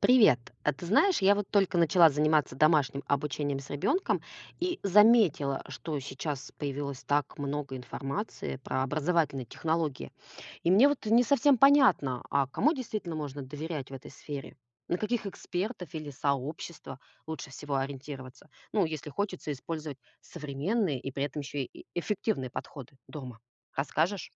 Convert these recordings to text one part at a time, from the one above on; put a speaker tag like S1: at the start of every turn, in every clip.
S1: Привет. А ты знаешь, я вот только начала заниматься домашним обучением с ребенком и заметила, что сейчас появилось так много информации про образовательные технологии. И мне вот не совсем понятно, а кому действительно можно доверять в этой сфере? На каких экспертов или сообщества лучше всего ориентироваться? Ну, если хочется использовать современные и при этом еще и эффективные подходы дома. Расскажешь?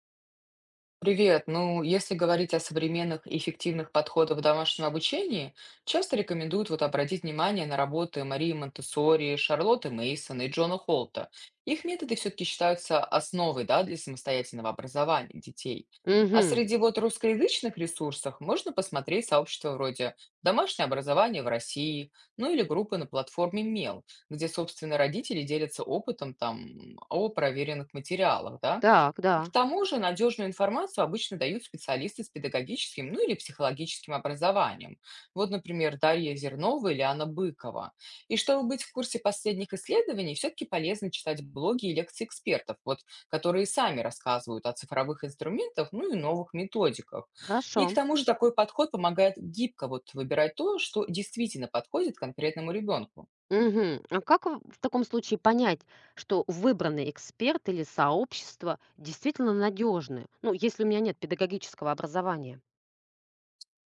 S2: Привет. Ну, если говорить о современных и эффективных подходах в домашнем обучении, часто рекомендуют вот обратить внимание на работы Марии Монтессори, Шарлотты Мейсон и Джона Холта. Их методы все-таки считаются основой, да, для самостоятельного образования детей. А
S1: Угу.
S2: среди вот русскоязычных ресурсов можно посмотреть сообщества вроде «Домашнее образование в России», ну или группы на платформе Мел, где, собственно, родители делятся опытом там о проверенных материалах, да.
S1: Так,
S2: И к
S1: да.
S2: тому же надежную информацию обычно дают специалисты с педагогическим, ну или психологическим образованием. Вот, например, Дарья Зернова или Анна Быкова. И чтобы быть в курсе последних исследований, все-таки полезно читать блоги и лекции экспертов, вот, которые сами рассказывают о цифровых инструментах, ну и новых методиках. И к
S1: Хорошо.
S2: тому же такой подход помогает гибко вот выбирать то, что действительно подходит конкретному ребенку.
S1: Мгм. А как в таком случае понять, что выбранный эксперт или сообщество действительно надежны? Ну, если у меня нет педагогического образования.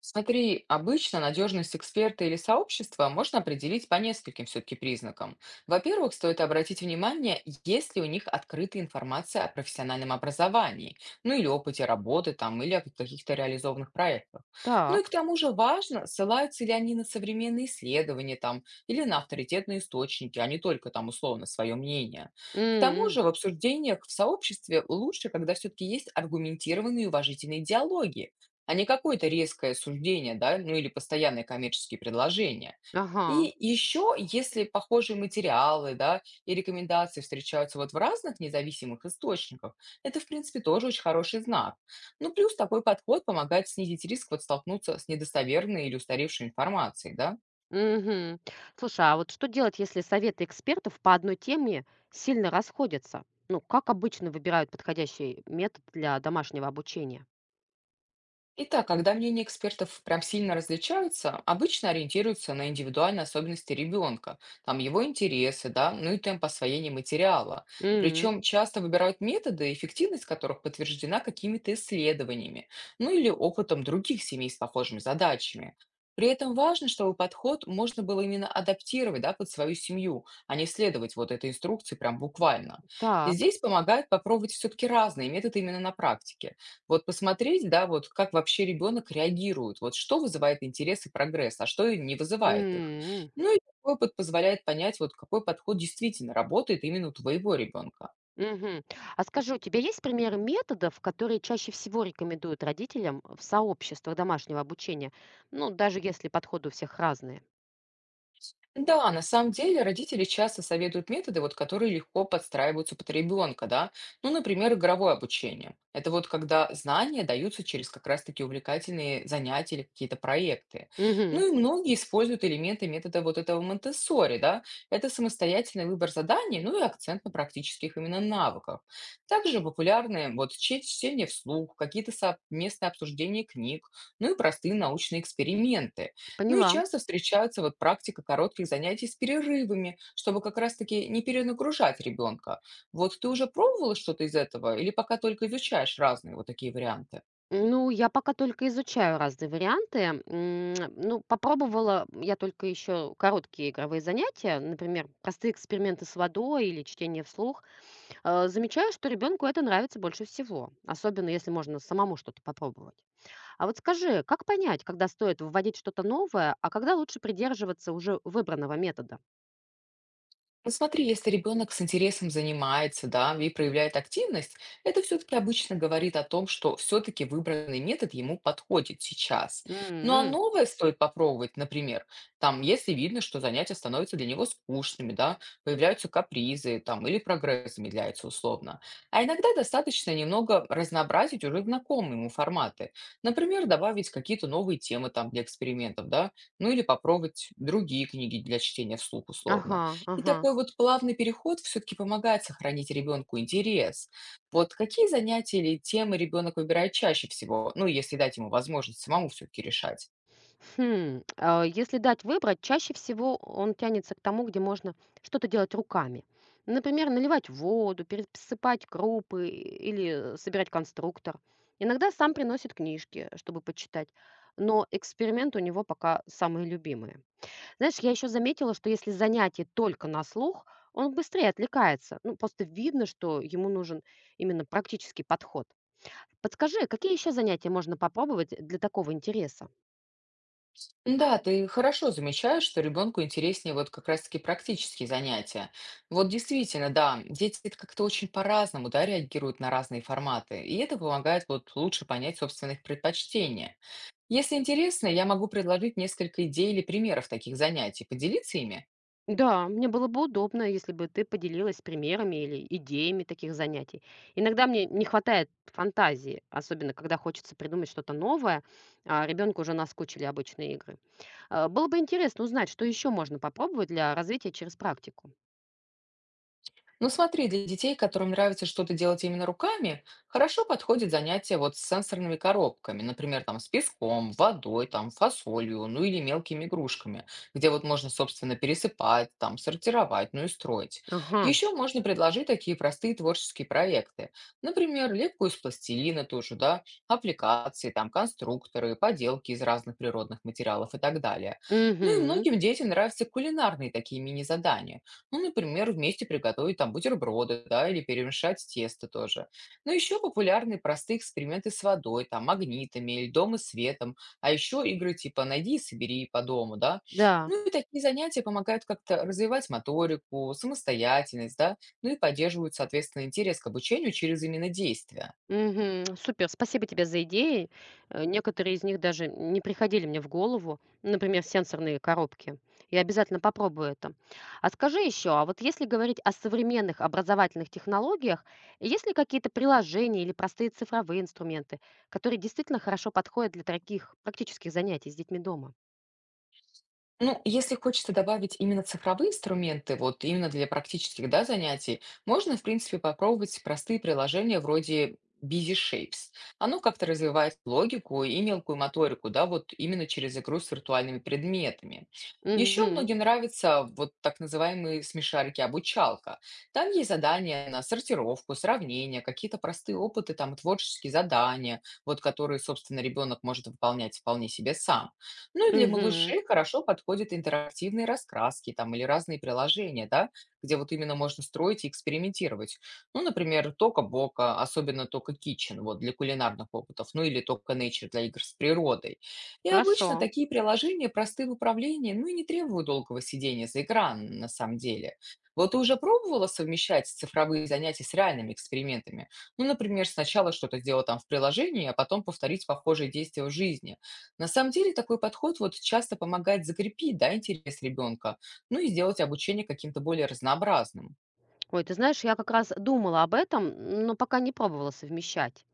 S2: Смотри, обычно надежность эксперта или сообщества можно определить по нескольким все-таки признакам. Во-первых, стоит обратить внимание, есть ли у них открытая информация о профессиональном образовании, ну или опыте работы там, или о каких-то реализованных проектах. Ну и к
S1: Так.
S2: тому же важно, ссылаются ли они на современные исследования там, или на авторитетные источники, а не только там условно свое мнение. К тому
S1: М,
S2: же в обсуждениях в сообществе лучше, когда все-таки есть аргументированные и уважительные диалоги, а не какое-то резкое суждение, да, ну или постоянные коммерческие предложения.
S1: Ага.
S2: И еще, если похожие материалы, да, и рекомендации встречаются вот в разных независимых источниках, это, в принципе, тоже очень хороший знак. Ну, плюс такой подход помогает снизить риск вот столкнуться с недостоверной или устаревшей информацией, да.
S1: Мгм. Слушай, а вот что делать, если советы экспертов по одной теме сильно расходятся? Ну, как обычно выбирают подходящий метод для домашнего обучения?
S2: Итак, когда мнения экспертов прям сильно различаются, обычно ориентируются на индивидуальные особенности ребенка, там его интересы, да, ну и темп освоения материала.
S1: М,
S2: Причем часто выбирают методы, эффективность которых подтверждена какими-то исследованиями, ну или опытом других семей с похожими задачами. При этом важно, чтобы подход можно было именно адаптировать да, под свою семью, а не следовать вот этой инструкции прям буквально. И
S1: Так.
S2: здесь помогает попробовать все-таки разные методы именно на практике. Вот посмотреть, да, вот как вообще ребенок реагирует, вот что вызывает интерес и прогресс, а что и не вызывает их.
S1: М.
S2: Ну и такой опыт позволяет понять, вот какой подход действительно работает именно у твоего ребенка.
S1: Мгм. А скажи, у тебя есть примеры методов, которые чаще всего рекомендуют родителям в сообществах домашнего обучения? Ну, даже если подходы у всех разные.
S2: Да, на самом деле родители часто советуют методы, вот, которые легко подстраиваются под ребенка, да. Ну, например, игровое обучение. Это вот когда знания даются через как раз-таки увлекательные занятия или какие-то проекты.
S1: Мгм.
S2: Ну и многие используют элементы метода вот этого Монтессори, да. Это самостоятельный выбор заданий, ну и акцент на практических именно навыках. Также популярны вот чтение вслух, какие-то совместные обсуждения книг, ну и простые научные эксперименты. Ну и
S1: Поняла.
S2: часто встречается вот практика коротких занятий с перерывами, чтобы как раз-таки не перенагружать ребенка. Вот ты уже пробовала что-то из этого или пока только изучаешь разные вот такие варианты?
S1: Ну, я пока только изучаю разные варианты. Ну, попробовала я только еще короткие игровые занятия, например, простые эксперименты с водой или чтение вслух. Замечаю, что ребенку это нравится больше всего, особенно если можно самому что-то попробовать. А вот скажи, как понять, когда стоит вводить что-то новое, а когда лучше придерживаться уже выбранного метода?
S2: Ну, смотри, если ребенок с интересом занимается, да, и проявляет активность, это все-таки обычно говорит о том, что все-таки выбранный метод ему подходит сейчас. Ну а
S1: М,
S2: новое стоит попробовать, например, там, если видно, что занятия становятся для него скучными, да, появляются капризы, там, или прогресс замедляется условно. А иногда достаточно немного разнообразить уже знакомые ему форматы. Например, добавить какие-то новые темы там для экспериментов, да, ну или попробовать другие книги для чтения вслух
S1: Ага,
S2: условно. И
S1: ага.
S2: такой вот плавный переход все-таки помогает сохранить ребенку интерес. Вот какие занятия или темы ребенок выбирает чаще всего, ну, если дать ему возможность самому все-таки решать?
S1: Хм, а если дать выбрать, чаще всего он тянется к тому, где можно что-то делать руками. Например, наливать воду, пересыпать крупы или собирать конструктор. Иногда сам приносит книжки, чтобы почитать, но эксперименты у него пока самые любимые. Знаешь, я еще заметила, что если занятие только на слух, он быстрее отвлекается. Ну, просто видно, что ему нужен именно практический подход. Подскажи, какие еще занятия можно попробовать для такого интереса?
S2: Да, ты хорошо замечаешь, что ребенку интереснее вот как раз-таки практические занятия. Вот действительно, да, дети это как-то очень по-разному, да, реагируют на разные форматы, и это помогает вот лучше понять собственных предпочтения. Если интересно, я могу предложить несколько идей или примеров таких занятий, поделиться ими.
S1: Да, мне было бы удобно, если бы ты поделилась примерами или идеями таких занятий. Иногда мне не хватает фантазии, особенно когда хочется придумать что-то новое, а ребенку уже наскучили обычные игры. Было бы интересно узнать, что еще можно попробовать для развития через практику.
S2: Ну смотри, для детей, которым нравится что-то делать именно руками, хорошо подходит занятие вот с сенсорными коробками, например, там с песком, водой, там фасолью, ну или мелкими игрушками, где вот можно, собственно, пересыпать, там сортировать, ну и строить.
S1: Ага.
S2: Еще можно предложить такие простые творческие проекты, например, лепку из пластилина тоже, да, аппликации, там конструкторы, поделки из разных природных материалов и так далее. Ну и
S1: Угу.
S2: многим детям нравятся кулинарные такие мини-задания. Ну, например, вместе приготовить там бутерброды, да, или перемешать тесто тоже. Но еще популярны простые эксперименты с водой, там, магнитами, льдом и светом, а еще игры типа «Найди и собери по дому», да.
S1: Да,
S2: Ну и такие занятия помогают как-то развивать моторику, самостоятельность, да, ну и поддерживают, соответственно, интерес к обучению через именно действия.
S1: мгм. Супер, спасибо тебе за идеи. Некоторые из них даже не приходили мне в голову, например, сенсорные коробки. Я обязательно попробую это. А скажи еще, а вот если говорить о современных образовательных технологиях, есть ли какие-то приложения или простые цифровые инструменты, которые действительно хорошо подходят для таких практических занятий с детьми дома?
S2: Ну, если хочется добавить именно цифровые инструменты, вот именно для практических, да, занятий, можно, в принципе, попробовать простые приложения вроде Busy Shapes. Оно как-то развивает логику и мелкую моторику, да, вот именно через игру с виртуальными предметами. Еще
S1: Угу,
S2: многим нравятся вот так называемые смешарики-обучалка. Там есть задания на сортировку, сравнение, какие-то простые опыты, там творческие задания, вот которые, собственно, ребенок может выполнять вполне себе сам. Ну и для
S1: угу.
S2: малышей хорошо подходят интерактивные раскраски там или разные приложения, да, где вот именно можно строить и экспериментировать. Ну, например, Тока-Бока, особенно Тока Kitchen, вот для кулинарных опытов, ну или Тока Nature для игр с природой. И
S1: Хорошо.
S2: обычно такие приложения просты в управлении, ну и не требуют долгого сидения за экраном на самом деле. Вот ты уже пробовала совмещать цифровые занятия с реальными экспериментами? Ну, например, сначала что-то сделать там в приложении, а потом повторить похожие действия в жизни. На самом деле такой подход вот часто помогает закрепить да, интерес ребенка, ну и сделать обучение каким-то более разнообразным.
S1: Ой, ты знаешь, я как раз думала об этом, но пока не пробовала совмещать.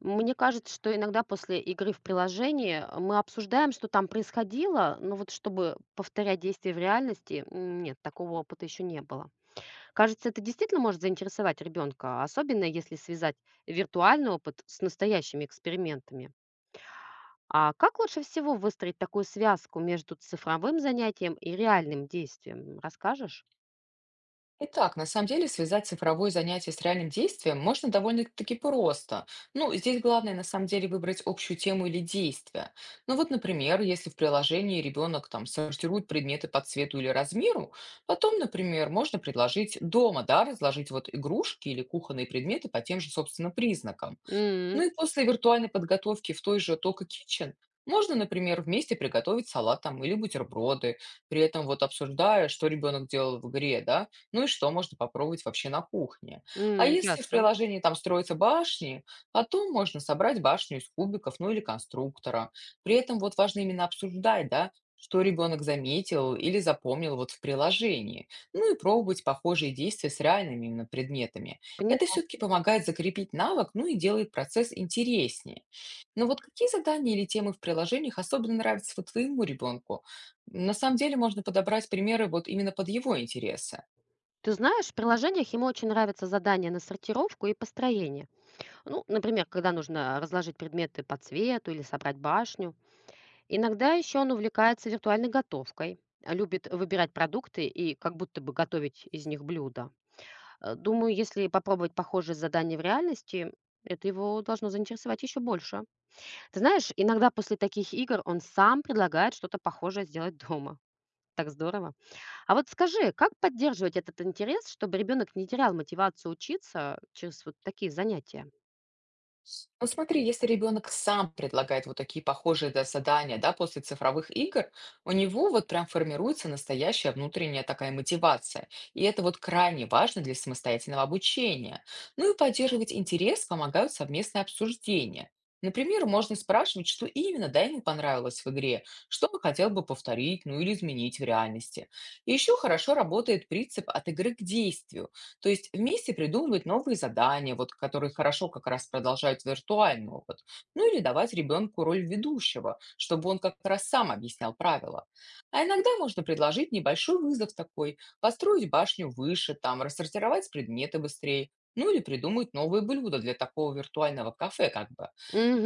S1: Мне кажется, что иногда после игры в приложении мы обсуждаем, что там происходило, но вот чтобы повторять действия в реальности, нет, такого опыта еще не было. Кажется, это действительно может заинтересовать ребенка, особенно если связать виртуальный опыт с настоящими экспериментами. А как лучше всего выстроить такую связку между цифровым занятием и реальным действием? Расскажешь?
S2: Итак, на самом деле связать цифровое занятие с реальным действием можно довольно-таки просто. Ну, здесь главное на самом деле выбрать общую тему или действие. Ну вот, например, если в приложении ребенок там сортирует предметы по цвету или размеру, потом, например, можно предложить дома, да, разложить вот игрушки или кухонные предметы по тем же, собственно, признакам.
S1: М,
S2: Ну и после виртуальной подготовки в той же Toka Kitchen можно, например, вместе приготовить салат там или бутерброды, при этом вот обсуждая, что ребенок делал в игре, да, ну и что можно попробовать вообще на кухне. А если в
S1: ясно.
S2: приложении там строятся башни, потом можно собрать башню из кубиков, ну или конструктора. При этом вот важно именно обсуждать, да, что ребенок заметил или запомнил вот в приложении. Ну и пробовать похожие действия с реальными именно предметами.
S1: Пони-
S2: Это все-таки помогает закрепить навык, ну и делает процесс интереснее. Но вот какие задания или темы в приложениях особенно нравятся вот твоему ребенку? На самом деле можно подобрать примеры вот именно под его интересы.
S1: Ты знаешь, в приложениях ему очень нравятся задания на сортировку и построение. Ну, например, когда нужно разложить предметы по цвету или собрать башню. Иногда еще он увлекается виртуальной готовкой, а любит выбирать продукты и как будто бы готовить из них блюда. Думаю, если попробовать похожие задания в реальности, это его должно заинтересовать еще больше. Ты знаешь, иногда после таких игр он сам предлагает что-то похожее сделать дома. Так здорово. А вот скажи, как поддерживать этот интерес, чтобы ребенок не терял мотивацию учиться через вот такие занятия?
S2: Ну смотри, если ребенок сам предлагает вот такие похожие да, задания, да, после цифровых игр, у него вот прям формируется настоящая внутренняя такая мотивация. И это вот крайне важно для самостоятельного обучения. Ну и поддерживать интерес помогают совместные обсуждения. Например, можно спрашивать, что именно да, ему понравилось в игре, что он хотел бы повторить, ну или изменить в реальности. И еще хорошо работает принцип от игры к действию. То есть вместе придумывать новые задания, вот, которые хорошо как раз продолжают виртуальный опыт. Ну или давать ребенку роль ведущего, чтобы он как раз сам объяснял правила. А иногда можно предложить небольшой вызов такой, построить башню выше, там, рассортировать предметы быстрее, ну или придумать новые блюда для такого виртуального кафе как бы.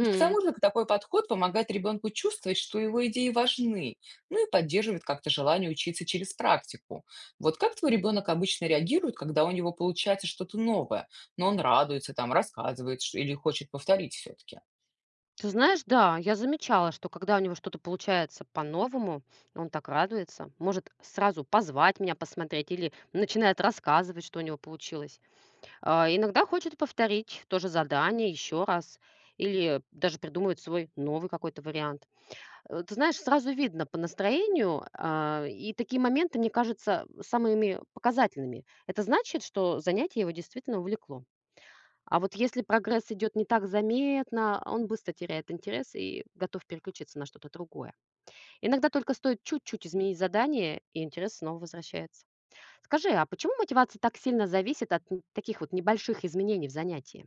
S2: Да. К тому же такой подход помогает ребенку чувствовать, что его идеи важны, ну и поддерживает как-то желание учиться через практику. Вот как твой ребенок обычно реагирует, когда у него получается что-то новое, но он радуется, там, рассказывает или хочет повторить все-таки?
S1: Ты знаешь, да, я замечала, что когда у него что-то получается по-новому, он так радуется, может сразу позвать меня посмотреть или начинает рассказывать, что у него получилось. А, иногда хочет повторить то же задание еще раз или даже придумывает свой новый какой-то вариант. Ты знаешь, сразу видно по настроению, а, и такие моменты, мне кажется, самыми показательными. Это значит, что занятие его действительно увлекло. А вот если прогресс идет не так заметно, он быстро теряет интерес и готов переключиться на что-то другое. Иногда только стоит чуть-чуть изменить задание, и интерес снова возвращается. Скажи, а почему мотивация так сильно зависит от н- таких вот небольших изменений в занятии?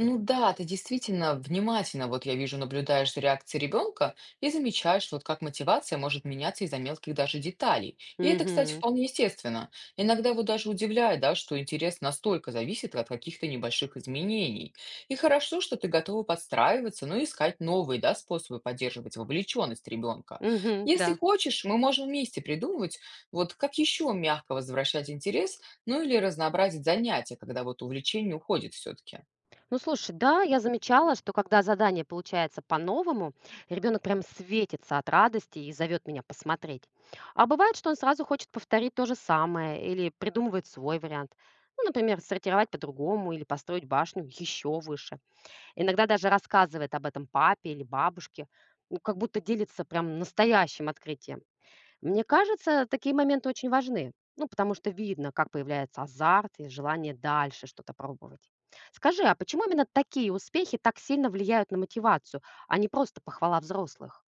S2: Ну да, ты действительно внимательно, вот я вижу, наблюдаешь за реакцией ребенка и замечаешь, вот как мотивация может меняться из-за мелких даже деталей. И это, кстати,
S1: Угу,
S2: вполне естественно. Иногда вот даже удивляет, да, что интерес настолько зависит от каких-то небольших изменений. И хорошо, что ты готова подстраиваться, но и искать новые, да, способы поддерживать вовлеченность ребенка.
S1: угу,
S2: Если
S1: да.
S2: хочешь, мы можем вместе придумывать, вот как еще мягко возвращать интерес, ну или разнообразить занятия, когда вот увлечение уходит все-таки.
S1: Ну, слушай, да, я замечала, что когда задание получается по-новому, ребенок прям светится от радости и зовет меня посмотреть. А бывает, что он сразу хочет повторить то же самое или придумывает свой вариант. Ну, например, сортировать по-другому или построить башню еще выше. Иногда даже рассказывает об этом папе или бабушке, ну, как будто делится прям настоящим открытием. Мне кажется, такие моменты очень важны, ну, потому что видно, как появляется азарт и желание дальше что-то пробовать. Скажи, а почему именно такие успехи так сильно влияют на мотивацию, а не просто похвала взрослых?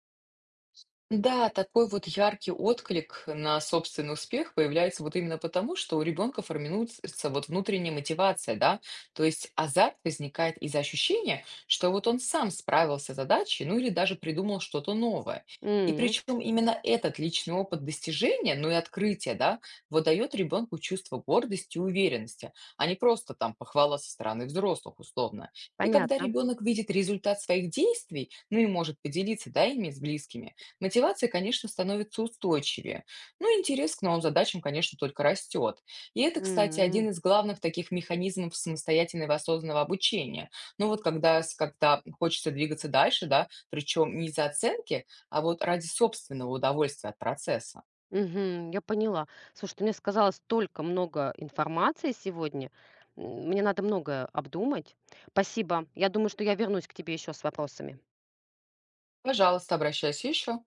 S2: Да, такой вот яркий отклик на собственный успех появляется вот именно потому, что у ребенка формируется вот внутренняя мотивация, да, то есть азарт возникает из ощущения, что вот он сам справился с задачей, ну или даже придумал что-то новое. И
S1: М,
S2: причем именно этот личный опыт достижения, ну и открытия, да, вот дает ребенку чувство гордости и уверенности, а не просто там похвала со стороны взрослых условно. И когда
S1: понятно.
S2: ребенок видит результат своих действий, ну и может поделиться, да, ими с близкими, мотивация, конечно, становится устойчивее, но интерес к новым задачам, конечно, только растет. И это, кстати,
S1: М,
S2: один из главных таких механизмов самостоятельного и осознанного обучения. Ну вот когда хочется двигаться дальше, да, причем не за оценки, а вот ради собственного удовольствия от процесса.
S1: мгм, я поняла. Слушай, ты мне сказала столько много информации сегодня. Мне надо многое обдумать. Спасибо. Я думаю, что я вернусь к тебе еще с вопросами.
S2: Пожалуйста, обращайся еще.